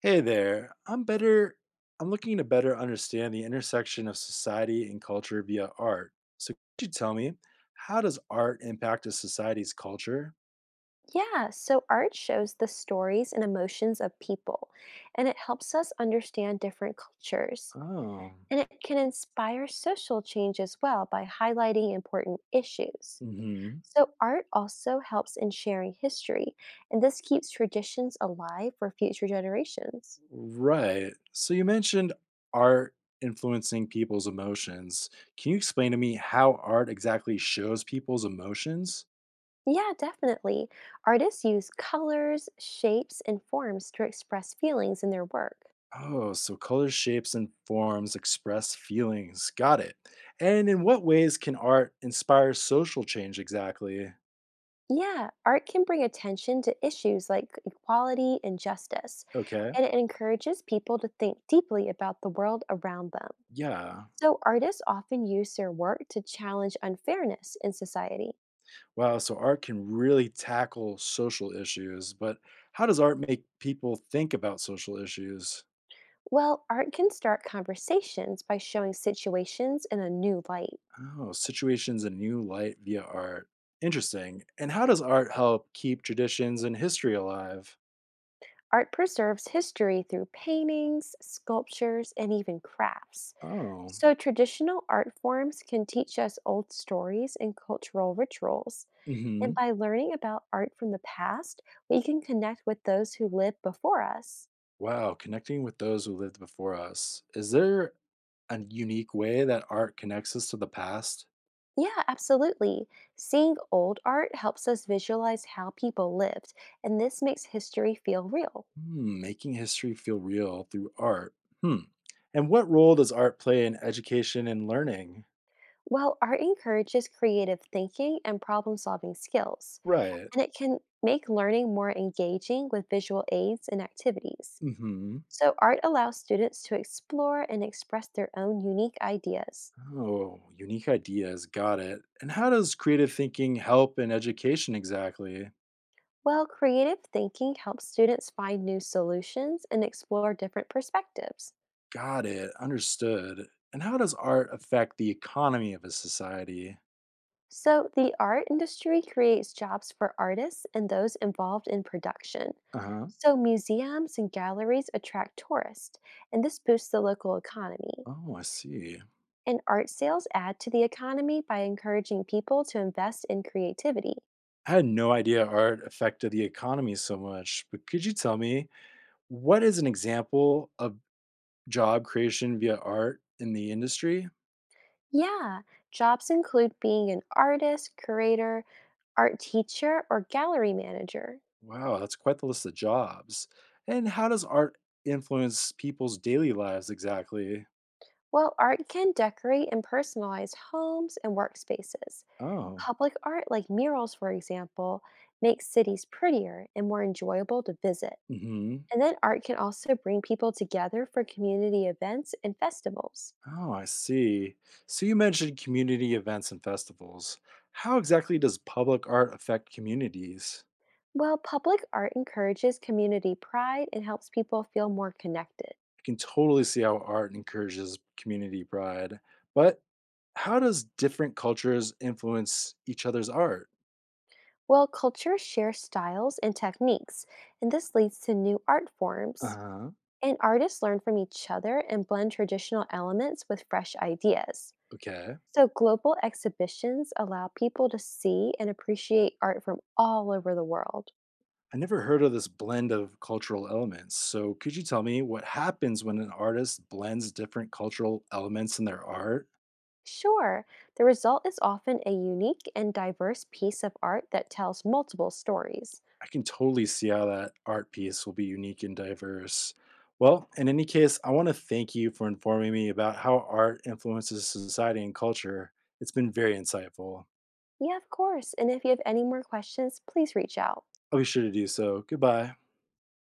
Hey there. I'm looking to better understand the intersection of society and culture via art. So could you tell me, how does art impact a society's culture? Yeah, so art shows the stories and emotions of people, and it helps us understand different cultures. Oh. And it can inspire social change as well by highlighting important issues. Mhm. So, art also helps in sharing history, and this keeps traditions alive for future generations. Right. So you mentioned art influencing people's emotions. Can you explain to me how art exactly shows people's emotions? Yeah, definitely. Artists use colors, shapes, and forms to express feelings in their work. Oh, so color shapes and forms express feelings. Got it. And in what ways can art inspire social change exactly? Yeah, art can bring attention to issues like equality and justice, Okay. and it encourages people to think deeply about the world around them. Yeah. So, artists often use their work to challenge unfairness in society. Wow. So art can really tackle social issues, but how does art make people think about social issues? Well, art can start conversations by showing situations in a new light. Oh, situations in new light via art. Interesting. And how does art help keep traditions and history alive? Art preserves history through paintings, sculptures, and even crafts. Oh. So, traditional art forms can teach us old stories and cultural rituals. And Hmm. by learning about art from the past, we can connect with those who lived before us. Wow. Connecting with those who lived before us. Is there a unique way that art connects us to the past? Yeah, absolutely. Seeing old art helps us visualize how people lived, and this makes history feel real. Hmm, making history feel real through art. Hmm. And what role does art play in education and learning? Well, art encourages creative thinking and problem solving skills, Right. and it can make learning more engaging with visual aids and activities. Mm-hmm. So, art allows students to explore and express their own unique ideas. Oh, unique ideas. Got it. And how does creative thinking help in education exactly? Well, creative thinking helps students find new solutions and explore different perspectives. Got it. Understood. And how does art affect the economy of a society? So, the art industry creates jobs for artists and those involved in production. Uh huh. So, museums and galleries attract tourists, and this boosts the local economy. Oh, I see. And art sales add to the economy by encouraging people to invest in creativity. I had no idea art affected the economy so much, but could you tell me, what is an example of job creation via art in the industry? Yeah, jobs include being an artist, curator, art teacher, or gallery manager. Wow, that's quite the list of jobs. And how does art influence people's daily lives exactly? Well, art can decorate and personalize homes and workspaces. Oh. Public art, like murals, for example, makes cities prettier and more enjoyable to visit. Hmm. And then art can also bring people together for community events and festivals. Oh, I see. So you mentioned community events and festivals. How exactly does public art affect communities? Well, public art encourages community pride and helps people feel more connected. I can totally see how art encourages community pride, but how does different cultures influence each other's art? Well, cultures share styles and techniques, and this leads to new art Uh forms. huh. And artists learn from each other and blend traditional elements with fresh ideas. Okay. So, global exhibitions allow people to see and appreciate art from all over the world. I never heard of this blend of cultural elements. So, could you tell me what happens when an artist blends different cultural elements in their art? Sure, the result is often a unique and diverse piece of art that tells multiple stories. I can totally see how that art piece will be unique and diverse. Well, in any case, I want to thank you for informing me about how art influences society and culture. It's been very insightful. Yeah, of course. And if you have any more questions, please reach out. I'll be sure to do so. Goodbye.